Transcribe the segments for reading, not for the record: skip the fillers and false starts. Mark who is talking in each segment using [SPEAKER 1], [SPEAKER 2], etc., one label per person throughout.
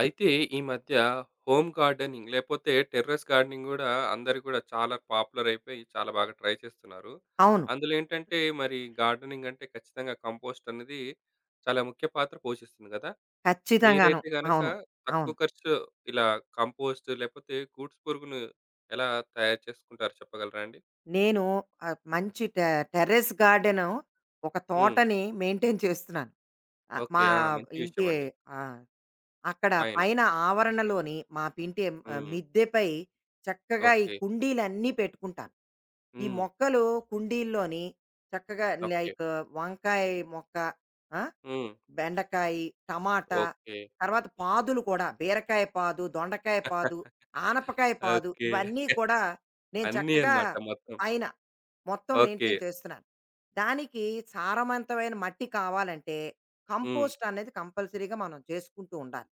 [SPEAKER 1] అయితే ఈ మధ్య హోమ్ గార్డెనింగ్ లేపోతే టెర్రస్ గార్డెనింగ్ గూడా అందరూ గూడా చాలా పాపులర్ అయిపోయి చాలా బాగా ట్రై చేస్తున్నారు.
[SPEAKER 2] అవును.
[SPEAKER 1] అందులో ఏంటంటే మరి గార్డెనింగ్ అంటే ఖచ్చితంగా కంపోస్ట్ అనేది చాలా ముఖ్య పాత్ర పోషిస్తుంది గదా!
[SPEAKER 2] ఖచ్చితంగాను.
[SPEAKER 1] మీరైతే గనక
[SPEAKER 2] అవును.
[SPEAKER 1] తక్కువ
[SPEAKER 2] అవును.
[SPEAKER 1] ఖర్చులో ఇలా కంపోస్ట్ లేపోతే గూడ్స్ పురుగును ఎలా తయారు చేసుకుంటారో చెప్పగలరా అండి?
[SPEAKER 2] నేను మంచి టెర్రస్ గార్డెను, ఒక
[SPEAKER 1] హ్మ్.
[SPEAKER 2] తోటని మెయింటైన్ చేస్తున్నాను.
[SPEAKER 1] ఓకే.
[SPEAKER 2] మా
[SPEAKER 1] ఆ! మంచి
[SPEAKER 2] ఇంటి
[SPEAKER 1] విషయం అండి.
[SPEAKER 2] ఆ! అక్కడ
[SPEAKER 1] పైన.
[SPEAKER 2] పైన ఆవరణలోని మా
[SPEAKER 1] హ్మ్.
[SPEAKER 2] మిద్దెపై చక్కగా ఈ
[SPEAKER 1] ఓకే.
[SPEAKER 2] కుండీలన్నీ పెట్టుకుంటాను. ఈ
[SPEAKER 1] హ్మ్.
[SPEAKER 2] మొక్కలు కుండీల్లోని చక్కగా
[SPEAKER 1] ఓకే.
[SPEAKER 2] లైక్ వంకాయ మొక్క, ఆ,
[SPEAKER 1] హ్మ్.
[SPEAKER 2] బెండకాయ, టమాటా,
[SPEAKER 1] ఓకే.
[SPEAKER 2] తర్వాత పాదులు కూడా బీరకాయ పాదు, దొండకాయ పాదు, ఆనపకాయ పాదు
[SPEAKER 1] ఓకే.
[SPEAKER 2] ఇవన్నీ కూడా నేను
[SPEAKER 1] అన్నీ
[SPEAKER 2] చక్కగా
[SPEAKER 1] అన్నమాట మొత్తం.
[SPEAKER 2] పైన మొత్తం
[SPEAKER 1] ఓకే.
[SPEAKER 2] మెయింటైన్ చేస్తున్నాను. దానికి సారవంతమైన మట్టి కావాలంటే
[SPEAKER 1] హ్మ్.
[SPEAKER 2] కంపోస్ట్ అనేది కంపల్సరీగా మనం చేసుకుంటూ ఉండాలి.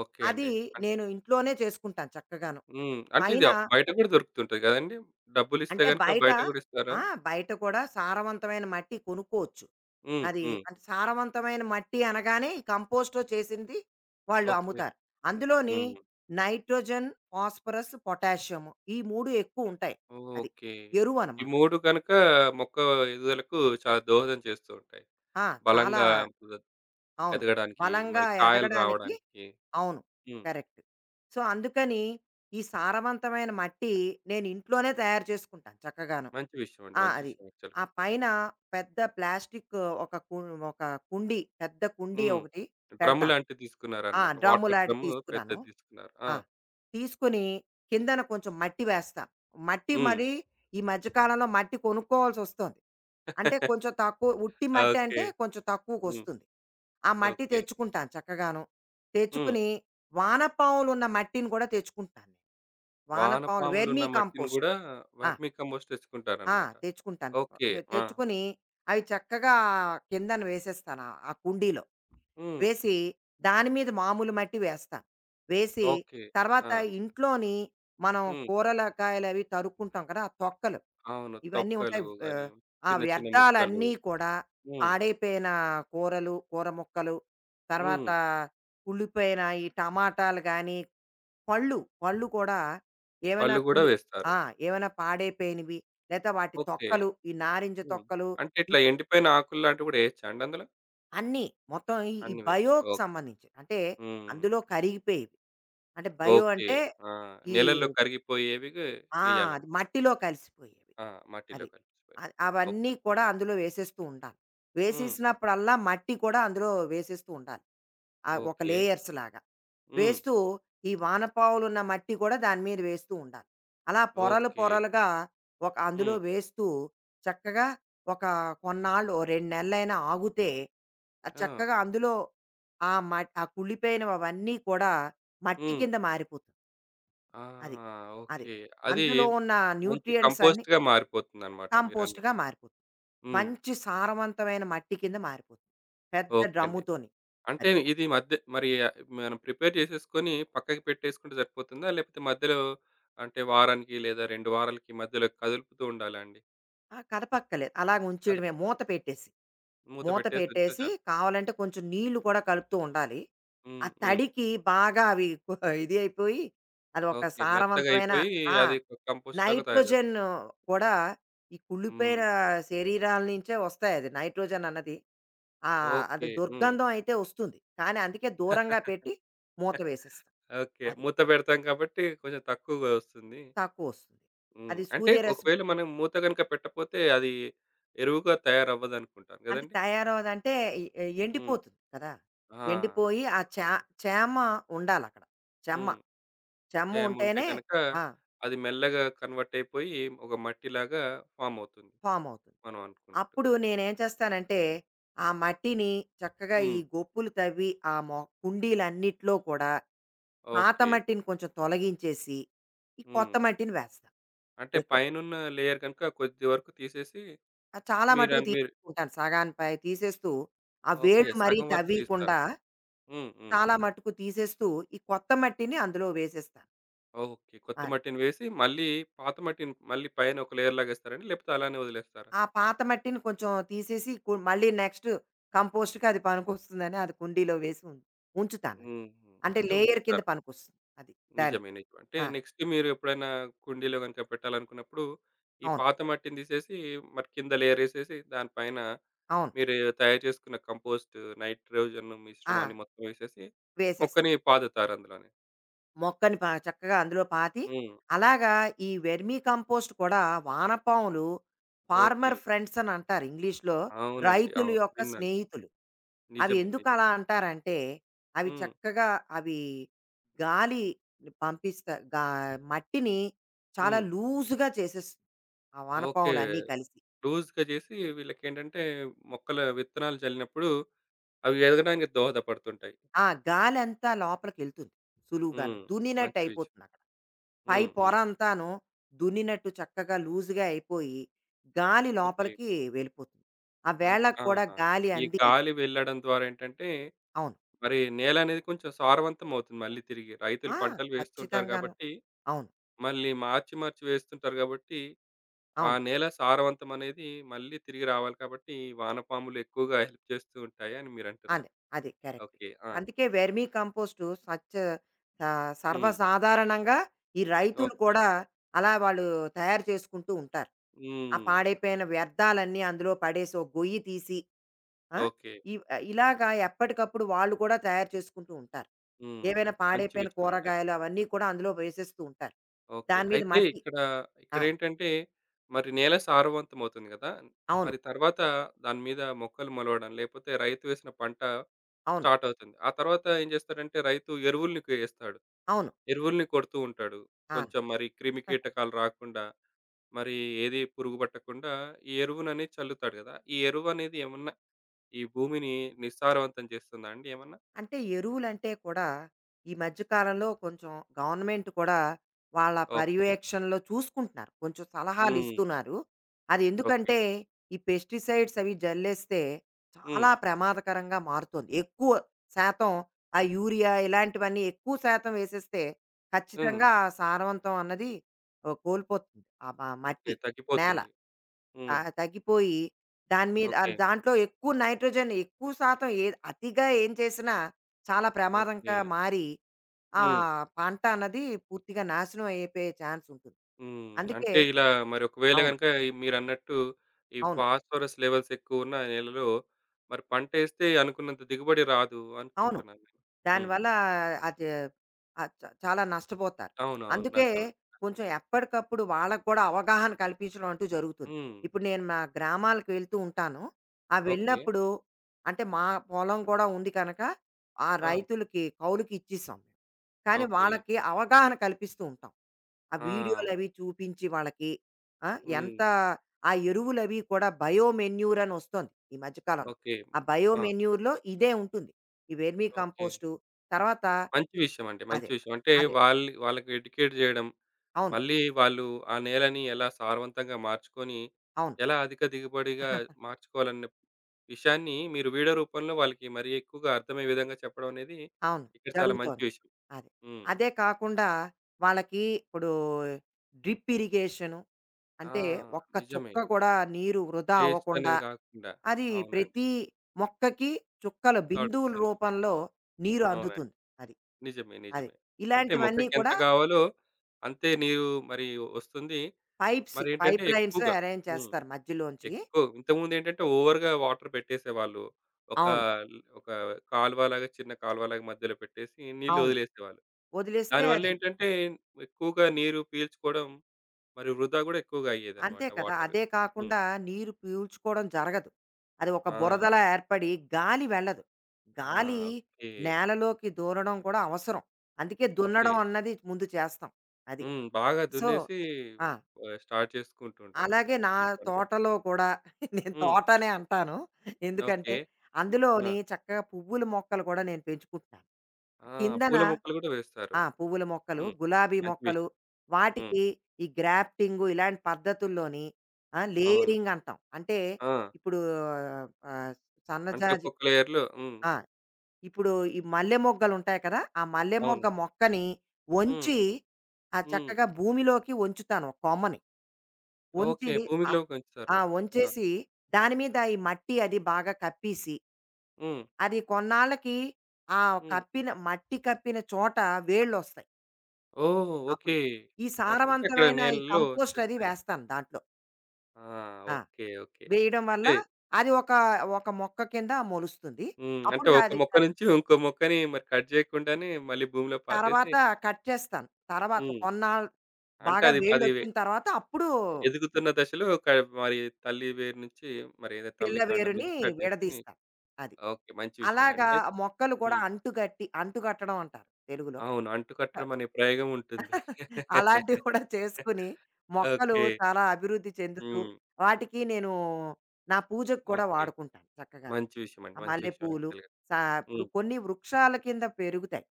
[SPEAKER 1] ఓకే
[SPEAKER 2] అది
[SPEAKER 1] అండి. అన్
[SPEAKER 2] నేను ఇంట్లోనే చేసుకుంటాను చక్కగాను.
[SPEAKER 1] హ్మ్. అంటే ఇది
[SPEAKER 2] పైన
[SPEAKER 1] బయట కూడా దొరుకుతుంటది గదండీ! డబ్బులిస్తే
[SPEAKER 2] అంటే
[SPEAKER 1] గనుక
[SPEAKER 2] బయట
[SPEAKER 1] బయట గూడా ఇస్తారా?
[SPEAKER 2] ఆ! బయట కూడా సారవంతమైన మట్టి కొనుక్కోవచ్చు.
[SPEAKER 1] హ్మ్.
[SPEAKER 2] అది
[SPEAKER 1] హ్మ్.
[SPEAKER 2] అంటే సారవంతమైన మట్టి అనగానే ఈ కంపోస్ట్‌లో చేసింది వాళ్ళు
[SPEAKER 1] ఓకే.
[SPEAKER 2] అమ్ముతారు. అందులోని
[SPEAKER 1] హ్మ్.
[SPEAKER 2] నైట్రోజన్, ఫాస్ఫరస్, పొటాషియం ఈ 3 ఎక్కువుంటాయి. అది
[SPEAKER 1] ఓకే. ఈ
[SPEAKER 2] ఎరువనమాట.
[SPEAKER 1] 3 గనుక మొక్క ఎదుగుదలకు చాలా దోహదం చేస్తూ ఉంటాయి.
[SPEAKER 2] ఆ! చాలా
[SPEAKER 1] బలంగా ఎద
[SPEAKER 2] అవును.
[SPEAKER 1] ఎదగడానికి,
[SPEAKER 2] బలంగా
[SPEAKER 1] మరి కాయలు
[SPEAKER 2] ఎదగడానికి
[SPEAKER 1] రావడానికి.
[SPEAKER 2] అవును.
[SPEAKER 1] హ్మ్.
[SPEAKER 2] కరెక్ట్. సో, అందుకని ఈ సారవంతమైన మట్టి నేను ఇంట్లోనే తయారు చేసుకుంటాను చక్కగాను.
[SPEAKER 1] మంచి విషయం అండి.
[SPEAKER 2] ఆ!
[SPEAKER 1] మంచి
[SPEAKER 2] అది.
[SPEAKER 1] విషయం యాక్చువల్‌గా.
[SPEAKER 2] ఆ పైన పెద్ద ప్లాస్టిక్ ఒక కు ఒక కుండీ పెద్ద కుండీ
[SPEAKER 1] హ్మ్.
[SPEAKER 2] ఒకటి
[SPEAKER 1] డ్రమ్ము
[SPEAKER 2] పెడతాను.
[SPEAKER 1] లాంటిది
[SPEAKER 2] ఆ!
[SPEAKER 1] తీసుకున్నారన్నమాట. వాటర్
[SPEAKER 2] డ్రమ్ములాంటిది
[SPEAKER 1] డ్రమ్ము
[SPEAKER 2] తీసుకున్నాను.
[SPEAKER 1] పెద్దది తీసుకున్నారు. ఆ!
[SPEAKER 2] ఆ! తీసుకొని కిందన కొంచెం మట్టి వేస్తాం. మట్టి
[SPEAKER 1] హ్మ్.
[SPEAKER 2] మరి ఈ మధ్య కాలంలో మట్టి కొనుక్కోవాల్సొస్తోంది. అంటే కొంచెం తక్కువ ఉట్టి మట్టి
[SPEAKER 1] ఓకే.
[SPEAKER 2] అంటే కొంచెం
[SPEAKER 1] హ్మ్.
[SPEAKER 2] తక్కువకొస్తుంది. ఆ మట్టి
[SPEAKER 1] ఓకే.
[SPEAKER 2] తెచ్చుకుంటాను చక్కగాను.
[SPEAKER 1] హ్మ్.
[SPEAKER 2] తెచ్చుకుని వానపాములున్న మట్టిని కూడా తెచ్చుకుంటాను నేను. వానపాములు
[SPEAKER 1] వానపాములున్న
[SPEAKER 2] వెర్మీ
[SPEAKER 1] మట్టిని
[SPEAKER 2] కంపోస్ట్.
[SPEAKER 1] గూడా
[SPEAKER 2] ఆ!
[SPEAKER 1] వర్మి కంపోస్ట్
[SPEAKER 2] ఆ!
[SPEAKER 1] తెచ్చుకుంటారనమాట.
[SPEAKER 2] తెచ్చుకుంటాను.
[SPEAKER 1] ఓకే. ఆ!
[SPEAKER 2] తెచ్చుకొని అవి చక్కగా కిందన వేసేస్తాను ఆ ఆ కుండీలో.
[SPEAKER 1] హ్మ్.
[SPEAKER 2] వేసి దాని మీద మామూలు మట్టి వేస్తాను. వేసి
[SPEAKER 1] ఓకే.
[SPEAKER 2] తర్వాత
[SPEAKER 1] ఆ!
[SPEAKER 2] ఇంట్లోని మనం
[SPEAKER 1] హ్మ్.
[SPEAKER 2] కూరలకాయలు అవి తరుక్కుంటాం కదా! ఆ తొక్కలు
[SPEAKER 1] అవును.
[SPEAKER 2] ఇవన్నీ
[SPEAKER 1] తొక్కలు
[SPEAKER 2] ఉంటాయి.
[SPEAKER 1] గాని,
[SPEAKER 2] ఆహ్, ఆ
[SPEAKER 1] చిన్న చిన్న ముక్కలు.
[SPEAKER 2] వ్యర్థాలన్నీ కూడా
[SPEAKER 1] హ్మ్.
[SPEAKER 2] పాడైపోయిన కూరలు, కూర ముక్కలు, తర్వాత
[SPEAKER 1] హ్మ్.
[SPEAKER 2] కుళ్ళిపోయిన ఈ టమాటాలు గానీ, పళ్ళు, పళ్ళు కూడా ఏమైనా
[SPEAKER 1] పళ్ళు గూడా
[SPEAKER 2] కుళ్ళి
[SPEAKER 1] వేస్తారు.
[SPEAKER 2] ఆ! ఏమైనా పాడైపోయినవి, లేదా వాటి
[SPEAKER 1] ఓకే.
[SPEAKER 2] తొక్కలు, ఈ నారింజ
[SPEAKER 1] హ్మ్.
[SPEAKER 2] తొక్కలు
[SPEAKER 1] అంటే ఇట్లా ఎండిపోయిన ఆకుల్లాంటివి గూడా ఏయొచ్చా అండి అందులో?
[SPEAKER 2] అన్నీ. మొత్తం ఈ ఈ
[SPEAKER 1] అన్నీ వేయొచ్చు.
[SPEAKER 2] బయోకి
[SPEAKER 1] ఓకే.
[SPEAKER 2] సంబంధించి. అంటే
[SPEAKER 1] హ్మ్.
[SPEAKER 2] అందులో కరిగిపోయేవి. అంటే బయో
[SPEAKER 1] ఓకే.
[SPEAKER 2] అంటే
[SPEAKER 1] ఆ!
[SPEAKER 2] ఈ
[SPEAKER 1] నెలల్లో కరిగిపోయేవి గే
[SPEAKER 2] ఆ! అది
[SPEAKER 1] ఎయ్యాలనమాట.
[SPEAKER 2] మట్టిలో కలిసిపోయేవి.
[SPEAKER 1] ఆ! మట్టిలో
[SPEAKER 2] అది.
[SPEAKER 1] కలిసిపోయి. ఓకే.
[SPEAKER 2] అవన్నీ కూడా అందులో వేసేస్తూ ఉండాలి.
[SPEAKER 1] హ్మ్.
[SPEAKER 2] వేసేసినప్పుడల్లా మట్టి కూడా అందులో వేసేస్తూ ఉండాలి. ఒక
[SPEAKER 1] ఓకే.
[SPEAKER 2] లేయర్స్ లాగా.
[SPEAKER 1] హ్మ్.
[SPEAKER 2] వేస్తూ ఈ వానపాములున్న మట్టి కూడా దాని మీద వేస్తూ ఉండాలి. అలా పొరలు
[SPEAKER 1] ఓకే.
[SPEAKER 2] పొరలుగా ఒక అందులో
[SPEAKER 1] హ్మ్.
[SPEAKER 2] వేస్తూ చక్కగా ఒక కొన్నాళ్ళు ఓ 2 నెలలైనా ఆగితే అది
[SPEAKER 1] ఆ!
[SPEAKER 2] చక్కగా అందులో ఆ కుళ్ళిపోయినవన్నీ కూడా మట్టి
[SPEAKER 1] హ్మ్.
[SPEAKER 2] కింద మారిపోతుంది.
[SPEAKER 1] ఆ!
[SPEAKER 2] అది. అది.
[SPEAKER 1] ఓకే. అది
[SPEAKER 2] అందులో ఉన్న
[SPEAKER 1] మంచి
[SPEAKER 2] న్యూట్రియంట్స్ అన్నీ
[SPEAKER 1] కంపోస్ట్‌గా మారిపోతుందనమాట
[SPEAKER 2] కంపోస్ట్‌గా
[SPEAKER 1] మీరన్నట్టు.
[SPEAKER 2] మారిపోతుంది.
[SPEAKER 1] హ్మ్.
[SPEAKER 2] మంచి సారవంతమైన మట్టి కింద మారిపోతుంది. పెద్ద
[SPEAKER 1] ఓకే అండి.
[SPEAKER 2] డ్రమ్ముతోని.
[SPEAKER 1] అంటే
[SPEAKER 2] అది.
[SPEAKER 1] ఇది మధ్య మరి మనం ప్రిపేర్ చేసేసుకొని పక్కకి పెట్టేసుకుంటే సరిపోతుందా? లేకపోతే మధ్యలో అంటే వారానికి లేదా 2 వారాలకి మధ్యలో కదులుపుతూ ఉండాలా అండి?
[SPEAKER 2] ఆ! కదపక్కర్లేదు. అలాగ ఉంచేయడమే
[SPEAKER 1] కదపక
[SPEAKER 2] మూత పెట్టేసి.
[SPEAKER 1] మూత
[SPEAKER 2] మూత
[SPEAKER 1] పెట్టేసి ఉంటే
[SPEAKER 2] పెట్టేసి
[SPEAKER 1] చాలు.
[SPEAKER 2] కావాలంటే కొంచెం నీళ్లు కూడా కలుపుతూ ఉండాలి. ఆ
[SPEAKER 1] హ్మ్. హ్మ్.
[SPEAKER 2] తడికి బాగా అవి కొ ఇది అయిపోయి అది ఒక
[SPEAKER 1] ఓకే. మెత్తగా
[SPEAKER 2] సారవంతమైన
[SPEAKER 1] అయిపోయి
[SPEAKER 2] ఆ!
[SPEAKER 1] అది కంపోస్ట్‌లాగా
[SPEAKER 2] నైట్రోజన్
[SPEAKER 1] తయారవుతుంది.
[SPEAKER 2] కూడా ఈ
[SPEAKER 1] హ్మ్.
[SPEAKER 2] కుళ్ళిపోయిన శరీరాల నుంచే వస్తాయి అది నైట్రోజన్ అన్నది. ఆ! అది
[SPEAKER 1] ఓకే. హ్మ్.
[SPEAKER 2] దుర్గంధం అయితే వస్తుంది. కానీ అందుకే దూరంగా పెట్టి మూత వేసేస్తాం.
[SPEAKER 1] ఓకే.
[SPEAKER 2] అది
[SPEAKER 1] మూత పెడతాం కాబట్టి కొంచెం తక్కువగా వస్తుంది.
[SPEAKER 2] తక్కువ వస్తుంది.
[SPEAKER 1] హ్మ్.
[SPEAKER 2] అది
[SPEAKER 1] అంటే
[SPEAKER 2] సూర్యరశ్మి
[SPEAKER 1] ఒకవేళ మనం మూత గనుక పెట్టకపోతే అది ఎరువుగా తయారవ్వదనుకుంటాను
[SPEAKER 2] అంటే
[SPEAKER 1] గదండీ!
[SPEAKER 2] తయారవదంటే ఎ ఎ-
[SPEAKER 1] హ్మ్.
[SPEAKER 2] ఎండిపోతుంది కదా!
[SPEAKER 1] ఆ!
[SPEAKER 2] ఎండిపోయి ఆ చే
[SPEAKER 1] ఎండిపోతుంది.
[SPEAKER 2] చేమ ఉండాలక్కడ. చెమ్మ.
[SPEAKER 1] హ్మ్.
[SPEAKER 2] చెమ్మ
[SPEAKER 1] తేమ ఉంటే
[SPEAKER 2] ఉంటేనే
[SPEAKER 1] గనక
[SPEAKER 2] ఆ!
[SPEAKER 1] అది మెల్లగా కన్వర్ట్ అయిపోయి ఒక మట్టిలాగా ఫార్మ్ అవుతుంది.
[SPEAKER 2] ఫార్మ్ అవుతుంది.
[SPEAKER 1] మనం అనుకున్నట్టు.
[SPEAKER 2] అప్పుడు నేనేం చేస్తానంటే, ఆ మట్టిని చక్కగా ఈ
[SPEAKER 1] హ్మ్.
[SPEAKER 2] గొప్పులు తవ్వి ఆ మొ కుండీలన్నిట్లో కూడా పాత
[SPEAKER 1] ఓకే.
[SPEAKER 2] మట్టిని కొంచెం తొలగించేసి, ఈ కొత్త
[SPEAKER 1] హ్మ్.
[SPEAKER 2] మట్టిని వేస్తా
[SPEAKER 1] అంటే
[SPEAKER 2] ఎక్కువ.
[SPEAKER 1] పైనున్న లేయర్ గనుక కొద్ది వరకు తీసేసి
[SPEAKER 2] చాలా మటుకు
[SPEAKER 1] మీరు
[SPEAKER 2] తీసుకుంటాను సగానికి పై తీసేస్తూ, ఆ
[SPEAKER 1] ఓకే.
[SPEAKER 2] వేళ్ళు మరీ
[SPEAKER 1] సగం వరకు తీస్తారు.
[SPEAKER 2] తవ్వీయకుండా
[SPEAKER 1] హ్మ్. హ్మ్.
[SPEAKER 2] చాలా మటుకు తీసేస్తూ, ఈ కొత్త మట్టిని అందులో వేసేస్తాను.
[SPEAKER 1] ఓకే. కొత్త
[SPEAKER 2] అది.
[SPEAKER 1] మట్టిని వేసి మళ్ళీ పాత మట్టిని మళ్ళీ పైన ఒక లేయర్ లాగా ఏస్తారండి? లేకపోతే అలానే వదిలేస్తారా?
[SPEAKER 2] ఆ పాత మట్టిని కొంచెం తీసేసి కు మళ్ళీ నెక్స్ట్ కంపోస్ట్‌కి అది పనికొస్తుందని అది కుండీలో వేసి ఉం ఉంచుతాను అది.
[SPEAKER 1] హుహు.
[SPEAKER 2] అంటే అది.
[SPEAKER 1] అంటే
[SPEAKER 2] లేయర్ కింద
[SPEAKER 1] ఉంచుతారు.
[SPEAKER 2] పనికొస్తుంది. అది దానికి.
[SPEAKER 1] నిజమే. నిజమే. అంటే
[SPEAKER 2] ఆ!
[SPEAKER 1] నెక్స్ట్ మీరెప్పుడైనా కుండీలో గనుక పెట్టాలనుకున్నప్పుడు, ఈ
[SPEAKER 2] అవును.
[SPEAKER 1] పాత మట్టిని తీసేసి మరి కింద లేయరేసేసి దానిపైన
[SPEAKER 2] అవును.
[SPEAKER 1] మీరు తయారు చేసుకున్న కంపోస్ట్, నైట్రోజన్
[SPEAKER 2] ఆ!
[SPEAKER 1] మిశ్రమాన్ని మొత్తం వేసేసి
[SPEAKER 2] వేసేస్తాం.
[SPEAKER 1] మొక్కని పాదుతారు అందులోనే.
[SPEAKER 2] మొక్కని ప చక్కగా అందులో పాతి,
[SPEAKER 1] హ్మ్.
[SPEAKER 2] అలాగా ఈ వెర్మీ కంపోస్ట్ కూడా వానపాములు
[SPEAKER 1] ఓకే.
[SPEAKER 2] ఫార్మర్ ఫ్రెండ్స్ అని అంటారు ఇంగ్లీష్‌లో.
[SPEAKER 1] అవునండి.
[SPEAKER 2] రైతుల
[SPEAKER 1] అవును.
[SPEAKER 2] యొక్క
[SPEAKER 1] విన్నాను.
[SPEAKER 2] స్నేహితులు. అవి
[SPEAKER 1] నిజమే.
[SPEAKER 2] ఎందుకు
[SPEAKER 1] నిజమే.
[SPEAKER 2] అలా అంటారంటే, అవి
[SPEAKER 1] హ్మ్.
[SPEAKER 2] చక్కగా అవి గాలి పంపిస్తా గా మట్టిని చాలా
[SPEAKER 1] హ్మ్.
[SPEAKER 2] లూజుగా చేసేస్తుంది. ఆ
[SPEAKER 1] ఓకే.
[SPEAKER 2] వానపాములన్నీ కలిసి.
[SPEAKER 1] లూజ్‌గా చేసి వీళ్ళకేంటంటే మొక్కల విత్తనాలు జల్లినప్పుడు అవి ఎదగడానికి దోహదపడుతుంటాయి.
[SPEAKER 2] ఆ! గాలంతా లోపలికెళ్తుంది సులువుగాను.
[SPEAKER 1] హ్మ్.
[SPEAKER 2] దున్నినట్టు
[SPEAKER 1] మంచి విషయం.
[SPEAKER 2] అయిపోతుందక్కడ. పై
[SPEAKER 1] హ్మ్.
[SPEAKER 2] పొర
[SPEAKER 1] హ్మ్.
[SPEAKER 2] అంతాను దున్నినట్టు చక్కగా లూజుగా అయిపోయి, గాలి
[SPEAKER 1] ఓకే.
[SPEAKER 2] లోపలికి వెళ్ళిపోతుంది. ఆ
[SPEAKER 1] అన్
[SPEAKER 2] వేళ్ళకి
[SPEAKER 1] ఆ!
[SPEAKER 2] కూడా గాలి
[SPEAKER 1] ఈ
[SPEAKER 2] అంది
[SPEAKER 1] గాలి వెళ్ళడం ద్వారా ఏంటంటే,
[SPEAKER 2] అవును.
[SPEAKER 1] మరి నేలనేది కొంచెం సారవంతం అవుతుంది మళ్ళీ తిరిగి. రైతులు
[SPEAKER 2] ఆ!
[SPEAKER 1] పంటలు వేస్తుంటారు
[SPEAKER 2] ఖచ్చితంగాను.
[SPEAKER 1] కాబట్టి,
[SPEAKER 2] అవును.
[SPEAKER 1] మళ్ళీ మార్చి, మార్చి వేస్తుంటారు కాబట్టి, ఆ
[SPEAKER 2] అవును.
[SPEAKER 1] నేల సారవంతం అనేది మళ్ళీ తిరిగి రావాలి కాబట్టి, ఈ వానపాములు ఎక్కువగా హెల్ప్ చేస్తూ ఉంటాయి అని
[SPEAKER 2] అదే.
[SPEAKER 1] మీరంటున్నారు.
[SPEAKER 2] అది కరెక్ట్.
[SPEAKER 1] ఓకే. ఆ!
[SPEAKER 2] అందుకే వెర్మీ కంపోస్టు
[SPEAKER 1] హ్మ్.
[SPEAKER 2] సర్వసాధారణంగా ఈ రైతులు
[SPEAKER 1] ఓకే.
[SPEAKER 2] కూడా అలా వాళ్ళు తయారు చేసుకుంటూ ఉంటారు. ఆ
[SPEAKER 1] హ్మ్.
[SPEAKER 2] పాడైపోయిన వ్యర్థాలన్నీ అందులో పడేసి ఓ గొయ్యి తీసి ఆ!
[SPEAKER 1] ఓకే.
[SPEAKER 2] ఇ ఇలాగా ఎప్పటికప్పుడు వాళ్ళు కూడా తయారు చేసుకుంటూ ఉంటారు.
[SPEAKER 1] హ్మ్.
[SPEAKER 2] ఏవైనా
[SPEAKER 1] మంచి
[SPEAKER 2] పాడైపోయిన
[SPEAKER 1] విషయమండి
[SPEAKER 2] కూరగాయలు
[SPEAKER 1] యాక్చువల్‌గా.
[SPEAKER 2] అవన్నీ కూడా అందులో వేసేస్తూ ఉంటారు.
[SPEAKER 1] ఓకే.
[SPEAKER 2] దాని మీద
[SPEAKER 1] అయితే
[SPEAKER 2] మట్టి
[SPEAKER 1] ఇక్కడ,
[SPEAKER 2] ఆ!
[SPEAKER 1] ఇక్కడేంటంటే మరి నేల సారవంతమవుతుంది గదా!
[SPEAKER 2] అవును.
[SPEAKER 1] మరి తర్వాత దాని మీద మొక్కలు మొలవడం, లేపోతే రైతు వేసిన పంట
[SPEAKER 2] అవును.
[SPEAKER 1] స్టార్ట్ అవుతుంది. ఆ తర్వాత ఏం జేస్తాడంటే రైతు ఎరువుల్ని ఏస్తాడు.
[SPEAKER 2] అవును.
[SPEAKER 1] ఎరువుల్ని కొడుతూ ఉంటాడు.
[SPEAKER 2] ఆ!
[SPEAKER 1] కొంచెం మరి క్రిమి కీటకాలు రాకుండా, మరి ఏది పురుగు పట్టకుండా ఈ ఎరువుననేది చల్లుతాడు గదా! ఈ ఎరువనేది ఏమన్నా ఈ భూమిని నిస్సారవంతం చేస్తుందా అండి ఏమన్నా?
[SPEAKER 2] అంటే ఎరువులంటే కూడా ఈ మధ్య కాలంలో కొంచెం గవర్నమెంట్ కూడా వాళ్ళ
[SPEAKER 1] ఓకే.
[SPEAKER 2] పర్యవేక్షణలో చూసుకుంటున్నారు. కొంచెం సలహాలు
[SPEAKER 1] హ్మ్.
[SPEAKER 2] ఇస్తున్నారు. అది
[SPEAKER 1] ఓకే.
[SPEAKER 2] ఎందుకంటే ఈ పెస్టిసైడ్స్ అవి జల్లేస్తే
[SPEAKER 1] హ్మ్.
[SPEAKER 2] చాలా ప్రమాదకరంగా మారుతుంది. ఎక్కువ శాతం ఆ యూరియా ఇలాంటివన్నీ ఎక్కువ శాతం వేసేస్తే
[SPEAKER 1] హ్మ్.
[SPEAKER 2] ఖచ్చితంగా ఆ సారవంతం అన్నది కోల్పోతుంది. ఆ మ
[SPEAKER 1] ఓకే.
[SPEAKER 2] మట్టి, నేల.
[SPEAKER 1] తగ్గిపోతుంది.
[SPEAKER 2] ఆ!
[SPEAKER 1] హ్మ్.
[SPEAKER 2] తగ్గిపోయి దాని మీద
[SPEAKER 1] ఓకే.
[SPEAKER 2] దాంట్లో ఎక్కువ నైట్రోజన్ ఎక్కువ శాతం ఏది అతిగా ఏం చేసినా చాలా
[SPEAKER 1] ఓకే.
[SPEAKER 2] ప్రమాదంగా మారి ఆ
[SPEAKER 1] హ్మ్.
[SPEAKER 2] పంట అన్నది పూర్తిగా నాశనం అయిపోయే ఛాన్స్ ఉంటుంది.
[SPEAKER 1] హ్మ్.
[SPEAKER 2] అందుకే
[SPEAKER 1] అంటే ఇలా మరి ఒకవేళ
[SPEAKER 2] అవును.
[SPEAKER 1] గనుక ఈ మీరన్నట్టు ఈ
[SPEAKER 2] అవును.
[SPEAKER 1] ఫాస్ఫరస్ లెవెల్స్ ఎక్కువున్న నేలలో మరి పంటేస్తే అనుకున్నంత దిగుబడి రాదు
[SPEAKER 2] అవును.
[SPEAKER 1] అనుకుంటున్నాను నేను. హ్మ్.
[SPEAKER 2] దానివల్ల అది ఆహ్, చ చాలా నష్టపోతారు.
[SPEAKER 1] అవునవును.
[SPEAKER 2] అందుకే
[SPEAKER 1] నష్టమే. నష్టమే.
[SPEAKER 2] కొంచెం ఎప్పటికప్పుడు వాళ్ళకి కూడా అవగాహన కల్పించడం అంటూ జరుగుతుంది.
[SPEAKER 1] హ్మ్.
[SPEAKER 2] ఇప్పుడు నేను మా గ్రామాలకు వెళ్తూ ఉంటాను. ఆ
[SPEAKER 1] ఓకే.
[SPEAKER 2] వెళ్ళినప్పుడు అంటే మా పొలం కూడా ఉంది కనుక ఆ
[SPEAKER 1] ఆ!
[SPEAKER 2] రైతులకి కౌలుకి ఇచ్చేసాం. మేము, కానీ
[SPEAKER 1] ఓకే.
[SPEAKER 2] వాళ్ళకి అవగాహన కల్పిస్తూ ఉంటాం. ఆ
[SPEAKER 1] ఆ!
[SPEAKER 2] వీడియోలవి చూపించి వాళ్ళకి ఆ!
[SPEAKER 1] హ్మ్.
[SPEAKER 2] ఎంత ఆ ఎరువులవి కూడా బయో మెన్యూర్ అని వస్తోంది ఈ మధ్య కాలంలో.
[SPEAKER 1] ఓకే.
[SPEAKER 2] ఆ బయో
[SPEAKER 1] ఆ!
[SPEAKER 2] మెన్యూర్‌లో ఇదే ఉంటుంది. ఈ వెర్మి
[SPEAKER 1] ఓకే.
[SPEAKER 2] కంపోస్టు తర్వాత
[SPEAKER 1] మంచి విషయం అండి. మంచి
[SPEAKER 2] అదే.
[SPEAKER 1] విషయం. అంటే
[SPEAKER 2] అదే.
[SPEAKER 1] వాళ్ళకి ఎడ్యుకేట్ జేయడం,
[SPEAKER 2] అవును.
[SPEAKER 1] మళ్ళీ వాళ్ళు ఆ నేలని ఎలా సారవంతంగా మార్చుకొని,
[SPEAKER 2] అవును.
[SPEAKER 1] ఎలా అధిక దిగుబడిగా మార్చుకోవాలన్న విషయాన్ని మీరు వీడియో రూపంలో వాళ్ళకి మరి ఎక్కువగా అర్థమయ్యే విధంగా చెప్పడం అనేది
[SPEAKER 2] అవును.
[SPEAKER 1] ఇక్కడ చాలా మంచి
[SPEAKER 2] జరుగుతోంది.
[SPEAKER 1] విషయం.
[SPEAKER 2] అదే.
[SPEAKER 1] హ్మ్.
[SPEAKER 2] అదే కాకుండా వాళ్ళకి ఇప్పుడు డ్రిప్ ఇరిగేషను
[SPEAKER 1] ఆ!
[SPEAKER 2] అంటే ఒక్క
[SPEAKER 1] నిజమే.
[SPEAKER 2] చుక్క కూడా నీరు వృధా
[SPEAKER 1] టేస్ట్
[SPEAKER 2] అవ్వకుండా
[SPEAKER 1] అనేది కాకుండా
[SPEAKER 2] అది
[SPEAKER 1] అవునండి.
[SPEAKER 2] ప్రతి మొక్కకి చుక్కల బిందువుల
[SPEAKER 1] థాటొస్తుంది.
[SPEAKER 2] రూపంలో నీరు
[SPEAKER 1] అవునండి.
[SPEAKER 2] అందుతుంది. అది.
[SPEAKER 1] నిజమే.
[SPEAKER 2] అది.
[SPEAKER 1] నిజమే. అంటే
[SPEAKER 2] ఇలాంటివన్నీ
[SPEAKER 1] మొక్కకి ఎంత
[SPEAKER 2] కూడా
[SPEAKER 1] కావాలో అంతే నీరు మరి వస్తుంది.
[SPEAKER 2] పైప్స్,
[SPEAKER 1] మరేంటంటే
[SPEAKER 2] పైప్‌లైన్స్
[SPEAKER 1] ఎక్కువగా
[SPEAKER 2] అరేంజ్
[SPEAKER 1] హ్మ్.
[SPEAKER 2] చేస్తారు మధ్యలోంచి.
[SPEAKER 1] ఎక్కువ ఇంతకుముందేంటంటే ఓవర్‌గా వాటర్ పెట్టేసేవాళ్ళు. ఒక
[SPEAKER 2] అవును.
[SPEAKER 1] ఒక కాలువలాగా చిన్న కాలువలాగా మధ్యలో పెట్టేసి నీళ్లు
[SPEAKER 2] అవును.
[SPEAKER 1] వదిలేసేవాళ్ళు.
[SPEAKER 2] వదిలేస్తే అది
[SPEAKER 1] దానివల్లేంటంటే ఎక్కువగా నీరు పీల్చుకోవడం మరి వృధా గూడా ఎక్కువగా
[SPEAKER 2] అంతే
[SPEAKER 1] అయ్యేదనమాట
[SPEAKER 2] కదా!
[SPEAKER 1] వాటరు.
[SPEAKER 2] అదే
[SPEAKER 1] హ్మ్.
[SPEAKER 2] కాకుండా నీరు పీల్చుకోవడం జరగదు. అది ఒక
[SPEAKER 1] ఆ!
[SPEAKER 2] బురదలా ఏర్పడి గాలి వెళ్ళదు.
[SPEAKER 1] ఆ!
[SPEAKER 2] గాలి
[SPEAKER 1] ఓకే.
[SPEAKER 2] నేలలోకి దూరడం కూడా అవసరం. అందుకే
[SPEAKER 1] ఓకే.
[SPEAKER 2] దున్నడం అన్నది ముందు చేస్తాం. అది.
[SPEAKER 1] హ్మ్. బాగా
[SPEAKER 2] సో
[SPEAKER 1] దున్నేసి
[SPEAKER 2] ఆ!
[SPEAKER 1] స్టార్ట్ చేసుకుంటుంటారు
[SPEAKER 2] అలాగే నా
[SPEAKER 1] ఈ పంట.
[SPEAKER 2] తోటలో కూడా నేను
[SPEAKER 1] హ్మ్.
[SPEAKER 2] తోట అనే అంటాను.
[SPEAKER 1] ఓకే.
[SPEAKER 2] ఎందుకంటే
[SPEAKER 1] ఆ!
[SPEAKER 2] అందులోని చక్కగా పువ్వుల మొక్కలు కూడా నేను పెంచుకుంటున్నాను.
[SPEAKER 1] ఆ!
[SPEAKER 2] కిందన
[SPEAKER 1] పూల మొక్కలు గూడా వేస్తారు.
[SPEAKER 2] ఆ! పువ్వుల మొక్కలు,
[SPEAKER 1] హ్మ్.
[SPEAKER 2] గులాబీ
[SPEAKER 1] మంచి
[SPEAKER 2] మొక్కలు,
[SPEAKER 1] విషయం. హ్మ్.
[SPEAKER 2] వాటికి ఈ గ్రాఫ్టింగు ఇలాంటి పద్ధతుల్లోని ఆ!
[SPEAKER 1] అవును.
[SPEAKER 2] లేయరింగ్ అంటాం. అంటే
[SPEAKER 1] ఆ!
[SPEAKER 2] ఇప్పుడు ఆహ్,
[SPEAKER 1] అంటే
[SPEAKER 2] సన్నజాజి
[SPEAKER 1] ఒక్కొక్క లేయర్‌లో హ్మ్.
[SPEAKER 2] ఆ! ఇప్పుడు ఈ మల్లె మొగ్గలుంటాయి కదా! ఆ మల్లె మొగ్గ
[SPEAKER 1] అవునండి.
[SPEAKER 2] మొక్కని
[SPEAKER 1] హ్మ్.
[SPEAKER 2] వంచి ఆ
[SPEAKER 1] హ్మ్.
[SPEAKER 2] చక్కగా భూమిలోకి వంచుతాను ఒక కొమ్మని. వంచి
[SPEAKER 1] ఓకే.
[SPEAKER 2] ఆహ్,
[SPEAKER 1] భూమిలో పెంచుతారు.
[SPEAKER 2] ఆ!
[SPEAKER 1] ఆ!
[SPEAKER 2] వంచేసి దాని మీద ఈ మట్టి అది బాగా కప్పేసి,
[SPEAKER 1] హ్మ్.
[SPEAKER 2] అది కొన్నాళ్ళకి ఆ
[SPEAKER 1] హ్మ్.
[SPEAKER 2] కప్పిన మట్టి కప్పిన చోట వేళ్ళొస్తాయి.
[SPEAKER 1] ఓహ్!
[SPEAKER 2] అప్పుడు.
[SPEAKER 1] ఓకే.
[SPEAKER 2] ఈ
[SPEAKER 1] ఓకే. అక్కడ
[SPEAKER 2] సారవంతమైన ఈ
[SPEAKER 1] నీళ్ళలో
[SPEAKER 2] కంపోస్ట్ అది
[SPEAKER 1] వచ్చేస్తాయి.
[SPEAKER 2] వేస్తాను దాంట్లో.
[SPEAKER 1] ఆ!
[SPEAKER 2] ఆ!
[SPEAKER 1] ఓకే. ఓకే.
[SPEAKER 2] వేయడం వల్ల
[SPEAKER 1] అయితే
[SPEAKER 2] అది ఒక, ఒక మొక్క కింద మొలుస్తుంది.
[SPEAKER 1] హ్మ్. అంటే
[SPEAKER 2] అప్పుడు
[SPEAKER 1] ఒక
[SPEAKER 2] అది
[SPEAKER 1] మొక్క
[SPEAKER 2] కట్
[SPEAKER 1] నుంచి ఇంకో మొక్కని మరి కట్ చేయకుండానే మళ్ళీ భూమిలో పాతేసి
[SPEAKER 2] తర్వాత కట్ చేస్తాను. తర్వాత
[SPEAKER 1] హ్మ్.
[SPEAKER 2] కొన్నాళ్ళు
[SPEAKER 1] అంటే
[SPEAKER 2] బాగా
[SPEAKER 1] అది అది
[SPEAKER 2] వేళ్ళొచ్చిన తర్వాత అప్పుడు
[SPEAKER 1] ఎదుగుతున్న దశలో మరి తల్లి వేరు నుంచి మరి ఏదో
[SPEAKER 2] పిల్ల
[SPEAKER 1] తల్లి కాండం
[SPEAKER 2] వేరుని
[SPEAKER 1] నుంచి కట్ చేసుకొని
[SPEAKER 2] విడదీస్తాను. అది.
[SPEAKER 1] ఓకే. మంచి విషయం అండి.
[SPEAKER 2] అలాగా
[SPEAKER 1] అంటే ఇది
[SPEAKER 2] మొక్కలు కూడా
[SPEAKER 1] హ్మ్.
[SPEAKER 2] అంటుగట్టి అంటుగట్టడం అంటారు తెలుగులో.
[SPEAKER 1] అవును. అంటుకట్టడం అనే ప్రయోగం ఉంటుంది.
[SPEAKER 2] అలాంటివి కూడా చేసుకుని మొక్కలు
[SPEAKER 1] ఓకే.
[SPEAKER 2] చాలా అభివృద్ధి చెందుతూ
[SPEAKER 1] హ్మ్.
[SPEAKER 2] వాటికి నేను నా పూజకు కూడా
[SPEAKER 1] ఓకే.
[SPEAKER 2] వాడుకుంటాను చక్కగాను.
[SPEAKER 1] మంచి విషయమండి.
[SPEAKER 2] ఆ
[SPEAKER 1] మంచి విషయం
[SPEAKER 2] మల్లెపూలు
[SPEAKER 1] యాక్చువల్‌గా.
[SPEAKER 2] సా ఇప్పుడు
[SPEAKER 1] హ్మ్.
[SPEAKER 2] కొన్ని వృక్షాల కింద పెరుగుతాయి.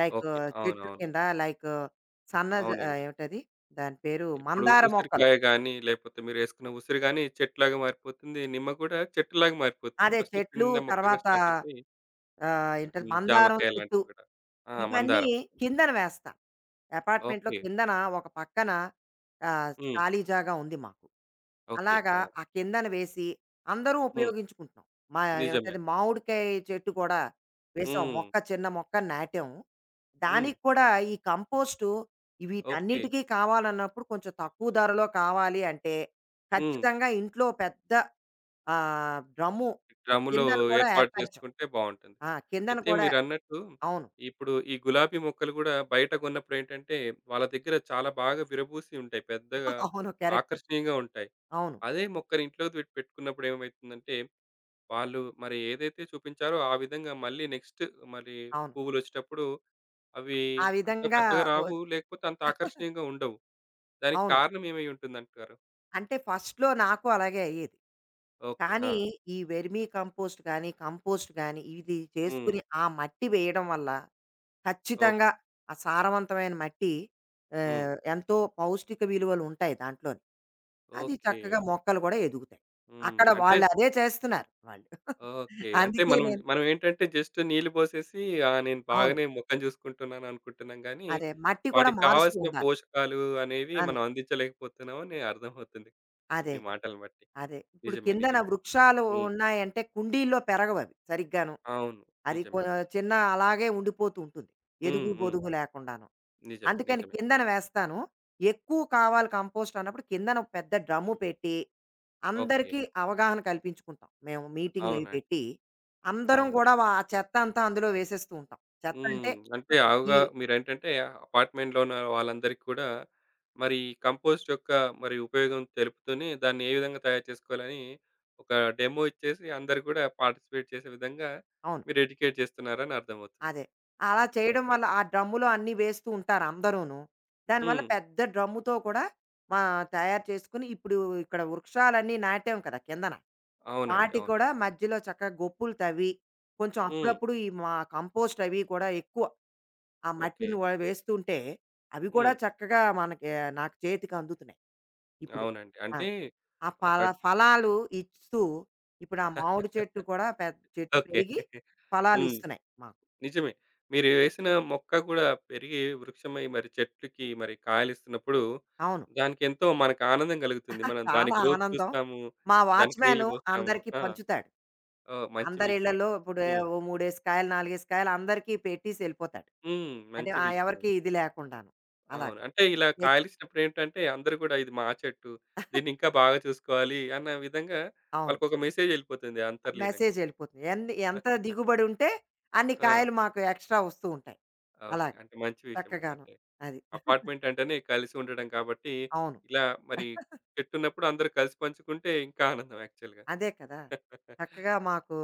[SPEAKER 2] Like
[SPEAKER 1] okay.
[SPEAKER 2] చెట్ల
[SPEAKER 1] అవునవును.
[SPEAKER 2] కింద లైక్ సన్న జ
[SPEAKER 1] అవునండి.
[SPEAKER 2] ఏమిటది దాని పేరు
[SPEAKER 1] ఇప్పుడు
[SPEAKER 2] మందార మొక్కలు.
[SPEAKER 1] ఉసిరికాయ గాని, లేకపోతే మీరేసుకున్న ఉసిరి గాని చెట్టులాగా మారిపోతుంది. నిమ్మ కూడా చెట్టులాగా మారిపోతుంది.
[SPEAKER 2] అదే
[SPEAKER 1] ఫస్ట్
[SPEAKER 2] చెట్లు
[SPEAKER 1] చిన్న మొక్కగా
[SPEAKER 2] తర్వాత
[SPEAKER 1] స్టార్ట్ అయిపోయి
[SPEAKER 2] ఏంటది
[SPEAKER 1] హ్మ్.
[SPEAKER 2] మందారం
[SPEAKER 1] జామకాయ
[SPEAKER 2] చెట్టు.
[SPEAKER 1] లాంటివి గూడా. ఆ!
[SPEAKER 2] ఇవన్నీ
[SPEAKER 1] మందారం.
[SPEAKER 2] కిందన వేస్తా. అపార్ట్మెంట్‌లో
[SPEAKER 1] ఓకే.
[SPEAKER 2] కిందన ఒక పక్కన
[SPEAKER 1] హ్మ్.
[SPEAKER 2] ఖాళీ జాగా ఉంది మాకు.
[SPEAKER 1] ఓకే.
[SPEAKER 2] అలాగా
[SPEAKER 1] ఆ!
[SPEAKER 2] ఆ కిందన వేసి అందరూ
[SPEAKER 1] హ్మ్.
[SPEAKER 2] ఉపయోగించుకుంటున్నాం. మా
[SPEAKER 1] నిజమే.
[SPEAKER 2] ఏమిటది మామిడికాయ చెట్టు కూడా వేసాం.
[SPEAKER 1] హ్మ్.
[SPEAKER 2] మొక్క చిన్న మొక్క నాటాం.
[SPEAKER 1] హ్మ్.
[SPEAKER 2] దానికి కూడా ఈ కంపోస్టు ఈ
[SPEAKER 1] ఓకే.
[SPEAKER 2] వీటన్నిటికీ కావాలన్నప్పుడు కొంచెం తక్కువ ధరలో కావాలి అంటే
[SPEAKER 1] హ్మ్.
[SPEAKER 2] ఖచ్చితంగా ఇంట్లో పెద్ద డ్రమ్ము
[SPEAKER 1] డ్రమ్ములో
[SPEAKER 2] కిందన కూడా
[SPEAKER 1] ఏర్పాటు
[SPEAKER 2] ఏర్పరిచాం.
[SPEAKER 1] చేసుకుంటే బావుంటుంది.
[SPEAKER 2] ఆ! కిందన
[SPEAKER 1] అయితే
[SPEAKER 2] కూడా
[SPEAKER 1] మీరన్నట్టు
[SPEAKER 2] అవును.
[SPEAKER 1] ఇప్పుడు ఈ గులాబీ మొక్కలు గూడా బయట గొన్నప్పుడేంటంటే, వాళ్ళ దగ్గర చాలా బాగా విరబూసి ఉంటాయి. పెద్దగా
[SPEAKER 2] అవును. కరెక్ట్.
[SPEAKER 1] ఆకర్షణీయంగా ఉంటాయి.
[SPEAKER 2] అవును.
[SPEAKER 1] అదే మొక్కని ఇంట్లో పెట్టుకున్నప్పుడు ఏమైతుందంటే, వాళ్ళు మరి ఏదైతే చూపించారో ఆ విధంగా మళ్ళీ నెక్స్ట్ మరి
[SPEAKER 2] అవును.
[SPEAKER 1] పువ్వులొచ్చేటప్పుడు అవి
[SPEAKER 2] ఆ
[SPEAKER 1] అంత
[SPEAKER 2] విధంగా
[SPEAKER 1] పెద్దగా
[SPEAKER 2] ఒ
[SPEAKER 1] రావు. లేకపోతే అంత ఆకర్షణీయంగా ఉండవు. దానికి
[SPEAKER 2] అవును.
[SPEAKER 1] కారణం ఏమై ఉంటుందంటారు?
[SPEAKER 2] అంటే ఫస్ట్‌లో నాకు అలాగే అయ్యేది.
[SPEAKER 1] ఓకే. ఆ!
[SPEAKER 2] కానీ ఈ వెర్మీ కంపోస్ట్ గానీ, కంపోస్ట్ గానీ ఇది
[SPEAKER 1] హ్మ్.
[SPEAKER 2] చేసుకుని ఆ మట్టి వేయడం వల్ల
[SPEAKER 1] ఓహ్!
[SPEAKER 2] ఖచ్చితంగా ఆ సారవంతమైన మట్టి
[SPEAKER 1] హ్మ్.
[SPEAKER 2] ఎంతో పౌష్టిక విలువలు ఉంటాయి దాంట్లోని. అది
[SPEAKER 1] ఓకే.
[SPEAKER 2] చక్కగా మొక్కలు గూడా ఎదుగుతాయి.
[SPEAKER 1] హ్మ్.
[SPEAKER 2] అక్కడ
[SPEAKER 1] అంటే
[SPEAKER 2] వాళ్ళు అదే చేస్తున్నారు వాళ్ళు.
[SPEAKER 1] ఓకే. అంటే
[SPEAKER 2] అందుకే
[SPEAKER 1] మనం
[SPEAKER 2] నేను
[SPEAKER 1] మనం ఏంటంటే జస్ట్ నీళ్లు పోసేసి ఆ! నేను
[SPEAKER 2] అవును.
[SPEAKER 1] బాగానే మొక్కను చూసుకుంటున్నాను అనుకుంటున్నాం గానీ,
[SPEAKER 2] అదే మట్టి కూడా
[SPEAKER 1] వాటికి
[SPEAKER 2] మారుస్తూ
[SPEAKER 1] కావాల్సిన
[SPEAKER 2] ఉండాలి.
[SPEAKER 1] పోషకాలు అనేవి
[SPEAKER 2] అన్
[SPEAKER 1] మనం అందించలేకపోతున్నాం అని అర్థమవుతుంది
[SPEAKER 2] అదే
[SPEAKER 1] మీ
[SPEAKER 2] కదా!
[SPEAKER 1] మాటలను బట్టి.
[SPEAKER 2] అదే. ఇప్పుడు
[SPEAKER 1] నిజమే.
[SPEAKER 2] కిందన
[SPEAKER 1] నిజమే.
[SPEAKER 2] వృక్షాలు
[SPEAKER 1] హ్మ్.
[SPEAKER 2] ఉన్నాయంటే కుండీల్లో పెరగవవి సరిగ్గాను.
[SPEAKER 1] అవును.
[SPEAKER 2] అది కొ
[SPEAKER 1] నిజమే.
[SPEAKER 2] చిన్న అలాగే ఉండిపోతూ ఉంటుంది.
[SPEAKER 1] హ్మ్.
[SPEAKER 2] ఎదుగు,
[SPEAKER 1] హ్మ్.
[SPEAKER 2] పొదుగు లేకుండాను.
[SPEAKER 1] నిజమే.
[SPEAKER 2] అందుకని
[SPEAKER 1] నిజమే.
[SPEAKER 2] కిందన వేస్తాను. ఎక్కువ కావాలి కంపోస్ట్ అన్నప్పుడు కిందన ఒక పెద్ద డ్రమ్ము పెట్టి,
[SPEAKER 1] ఓకే.
[SPEAKER 2] అందరికీ అవగాహన కల్పించుకుంటాం. మేము మీటింగులవి
[SPEAKER 1] అవునండి.
[SPEAKER 2] పెట్టి, అందరం
[SPEAKER 1] అవును.
[SPEAKER 2] కూడా ఆ చెత్తంతా అందులో వేసేస్తూ ఉంటాం. చెత్త అంటే
[SPEAKER 1] హ్మ్. అంటే
[SPEAKER 2] ఈ
[SPEAKER 1] అవగా మీరేంటంటే అపార్ట్‌మెంట్‌లో ఉన్న వాళ్ళందరికీ కూడా మరి కంపోస్ట్ యొక్క మరి ఉపయోగం తెలుపుతూనే దాన్ని ఏ విధంగా తయారు చేసుకోవాలని ఒక డెమో ఇచ్చేసి అందరూ కూడా పార్టిసిపేట్ చేసే విధంగా
[SPEAKER 2] అవును.
[SPEAKER 1] మీరు ఎడ్యుకేట్ చేస్తున్నారని అర్థమవుతుంది.
[SPEAKER 2] అదే. అలా చేయడం
[SPEAKER 1] ఓకే.
[SPEAKER 2] వల్ల ఆ డ్రమ్ములో అన్నీ వేస్తూ ఉంటారు అందరూను. దానివల్ల
[SPEAKER 1] హ్మ్.
[SPEAKER 2] పెద్ద డ్రమ్ముతో కూడా మా తయారు చేసుకొని ఇప్పుడు ఇక్కడ వృక్షాలన్నీ నాటాం కదా కిందన.
[SPEAKER 1] అవునండి.
[SPEAKER 2] వాటికి
[SPEAKER 1] అవును.
[SPEAKER 2] కూడా మధ్యలో చక్కగా గొప్పులు తవ్వి, కొంచెం
[SPEAKER 1] హ్మ్.
[SPEAKER 2] అప్పుడప్పుడు ఈ మా కంపోస్ట్ అవి కూడా ఎక్కువ ఆ
[SPEAKER 1] ఓకే.
[SPEAKER 2] మట్టిని వ వేస్తుంటే, అవి కూడా
[SPEAKER 1] హ్మ్.
[SPEAKER 2] చక్కగా మనకి నాకు చేతికి అందుతున్నాయి ఇప్పుడు.
[SPEAKER 1] అవునండి.
[SPEAKER 2] ఆ!
[SPEAKER 1] అంటే
[SPEAKER 2] ఆ
[SPEAKER 1] ఒక
[SPEAKER 2] ఫల ఫలాలు ఇస్తూ ఇప్పుడు ఆ మామిడి చెట్టు కూడా పెద్ద చెట్టు
[SPEAKER 1] ఓకే.
[SPEAKER 2] పెరిగి
[SPEAKER 1] హ్మ్.
[SPEAKER 2] ఫలాలిస్తున్నాయి మాకు.
[SPEAKER 1] నిజమే. మీరు వేసిన మొక్క గూడా పెరిగి వృక్షమై మరి చెట్లుకి మరి కాయలిస్తున్నప్పుడు
[SPEAKER 2] అవును.
[SPEAKER 1] దానికెంతో మనకు ఆనందం గలుగుతుంది. మనం దాని
[SPEAKER 2] చాలా
[SPEAKER 1] గ్రోత్
[SPEAKER 2] ఆనందం.
[SPEAKER 1] చూస్తాము.
[SPEAKER 2] మా
[SPEAKER 1] దానికి నీళ్లు
[SPEAKER 2] వాచ్‌మ్యాను
[SPEAKER 1] పోస్తాము.
[SPEAKER 2] అందరికీ
[SPEAKER 1] ఆ!
[SPEAKER 2] పంచుతాడు.
[SPEAKER 1] ఓహ్! మంచి
[SPEAKER 2] అందరి
[SPEAKER 1] విషయం.
[SPEAKER 2] ఇళ్ళలో ఇప్పుడు
[SPEAKER 1] హ్మ్.
[SPEAKER 2] ఓ మూడేసి కాయలు, నాలుగేసి కాయలు అందరికీ పెట్టేసి ఎళ్ళిపోతాడు.
[SPEAKER 1] హ్మ్.
[SPEAKER 2] అంటే
[SPEAKER 1] మంచి విషయం
[SPEAKER 2] ఎవరికీ
[SPEAKER 1] అండి.
[SPEAKER 2] ఇది లేకుండాను.
[SPEAKER 1] అవును.
[SPEAKER 2] అలాగా.
[SPEAKER 1] అంటే ఇలా
[SPEAKER 2] ఎక్
[SPEAKER 1] కాయలిచ్చినప్పుడేంటంటే అందరూ గూడా ఇది మా చెట్టు. దీన్నింకా బాగా చూసుకోవాలి అన్న విధంగా
[SPEAKER 2] అవును.
[SPEAKER 1] వాళ్ళకొక మెసేజ్ ఎళ్ళిపోతుంది అంతర్లీనంగా.
[SPEAKER 2] మెసేజ్ ఎళ్ళిపోతుంది. ఎంత దిగుబడి ఉంటే అన్ని
[SPEAKER 1] ఆ!
[SPEAKER 2] కాయలు మాకు ఎక్స్‌ట్రా వస్తూ ఉంటాయి.
[SPEAKER 1] ఓకే.
[SPEAKER 2] అలాగా
[SPEAKER 1] అంటే మంచి విషయం అండి.
[SPEAKER 2] చక్కగాను.
[SPEAKER 1] అంటే
[SPEAKER 2] అది.
[SPEAKER 1] అపార్ట్‌మెంట్ అంటేనే కలిసి ఉండడం కాబట్టి,
[SPEAKER 2] అవును.
[SPEAKER 1] ఇలా మరి చెట్టున్నప్పుడు అందరూ కలిసి పంచుకుంటే ఇంకా ఆనందం యాక్చువల్‌గా.
[SPEAKER 2] అదే కదా! చక్కగా మాకు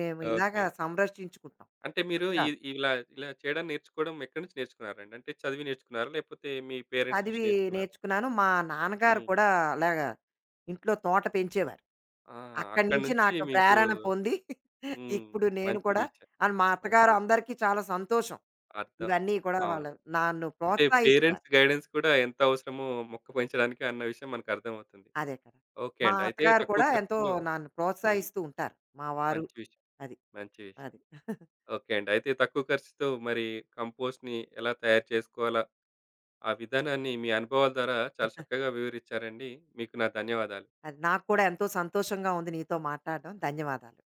[SPEAKER 2] మేము
[SPEAKER 1] ఓకే.
[SPEAKER 2] ఇలాగా సంరక్షించుకుంటాం
[SPEAKER 1] అంటే మీరు ఇ
[SPEAKER 2] వృక్షాలు.
[SPEAKER 1] ఇలా ఇలా చేయడం నేర్చుకోవడం ఎక్కడి నుంచి నేర్చుకున్నారండి? అంటే చదివి నేర్చుకున్నారా? లేకపోతే మీ పేరెంట్స్ నుంచి
[SPEAKER 2] చదివి
[SPEAKER 1] నేర్చుకున్నారా?
[SPEAKER 2] నేర్చుకున్నాను. మా నాన్నగారు
[SPEAKER 1] హ్మ్.
[SPEAKER 2] కూడా అలాగా ఇంట్లో తోట పెంచేవారు.
[SPEAKER 1] ఆ!
[SPEAKER 2] అక్కడి
[SPEAKER 1] అక్కడి
[SPEAKER 2] నుంచి
[SPEAKER 1] నుంచి
[SPEAKER 2] నాకు
[SPEAKER 1] మీకు
[SPEAKER 2] ప్రేరణ పొంది
[SPEAKER 1] హ్మ్.
[SPEAKER 2] ఇప్పుడు నేను
[SPEAKER 1] మంచి
[SPEAKER 2] కూడా
[SPEAKER 1] విషయం.
[SPEAKER 2] అండ్ మా
[SPEAKER 1] మంచి
[SPEAKER 2] అత్తగారు
[SPEAKER 1] విషయం.
[SPEAKER 2] అందరికీ చాలా సంతోషం.
[SPEAKER 1] అర్థం.
[SPEAKER 2] ఇవన్నీ కూడా
[SPEAKER 1] అవును.
[SPEAKER 2] వాళ్ళు నన్ను
[SPEAKER 1] అంటే
[SPEAKER 2] ప్రోత్సహిస్తున్నారు.
[SPEAKER 1] పేరెంట్స్ గైడెన్స్ కూడా ఎంత అవసరమో మొక్క పెంచడానికి అన్న విషయం మనకు అర్థమవుతుంది.
[SPEAKER 2] అదే కదా!
[SPEAKER 1] ఓకే
[SPEAKER 2] మా
[SPEAKER 1] అండి. అయితే
[SPEAKER 2] అత్తగారు
[SPEAKER 1] తక్కువ
[SPEAKER 2] కూడా ఎంతో
[SPEAKER 1] ఖర్చులో
[SPEAKER 2] నన్ను
[SPEAKER 1] హ్మ్.
[SPEAKER 2] ప్రోత్సహిస్తూ ఉంటారు. మా వారు
[SPEAKER 1] మంచి విషయం.
[SPEAKER 2] అది.
[SPEAKER 1] మంచి విషయం.
[SPEAKER 2] అది.
[SPEAKER 1] ఓకే అండి. అయితే తక్కువ ఖర్చుతో మరి కంపోస్ట్‌ని ఎలా తయారు చేసుకోవాలా? ఆ విధానాన్ని మీ అనుభవాల ద్వారా చాలా చక్కగా వివరించారండి. మీకు నా ధన్యవాదాలు.
[SPEAKER 2] అది నాకు కూడా ఎంతో సంతోషంగా ఉంది నీతో మాట్లాడడం. ధన్యవాదాలు.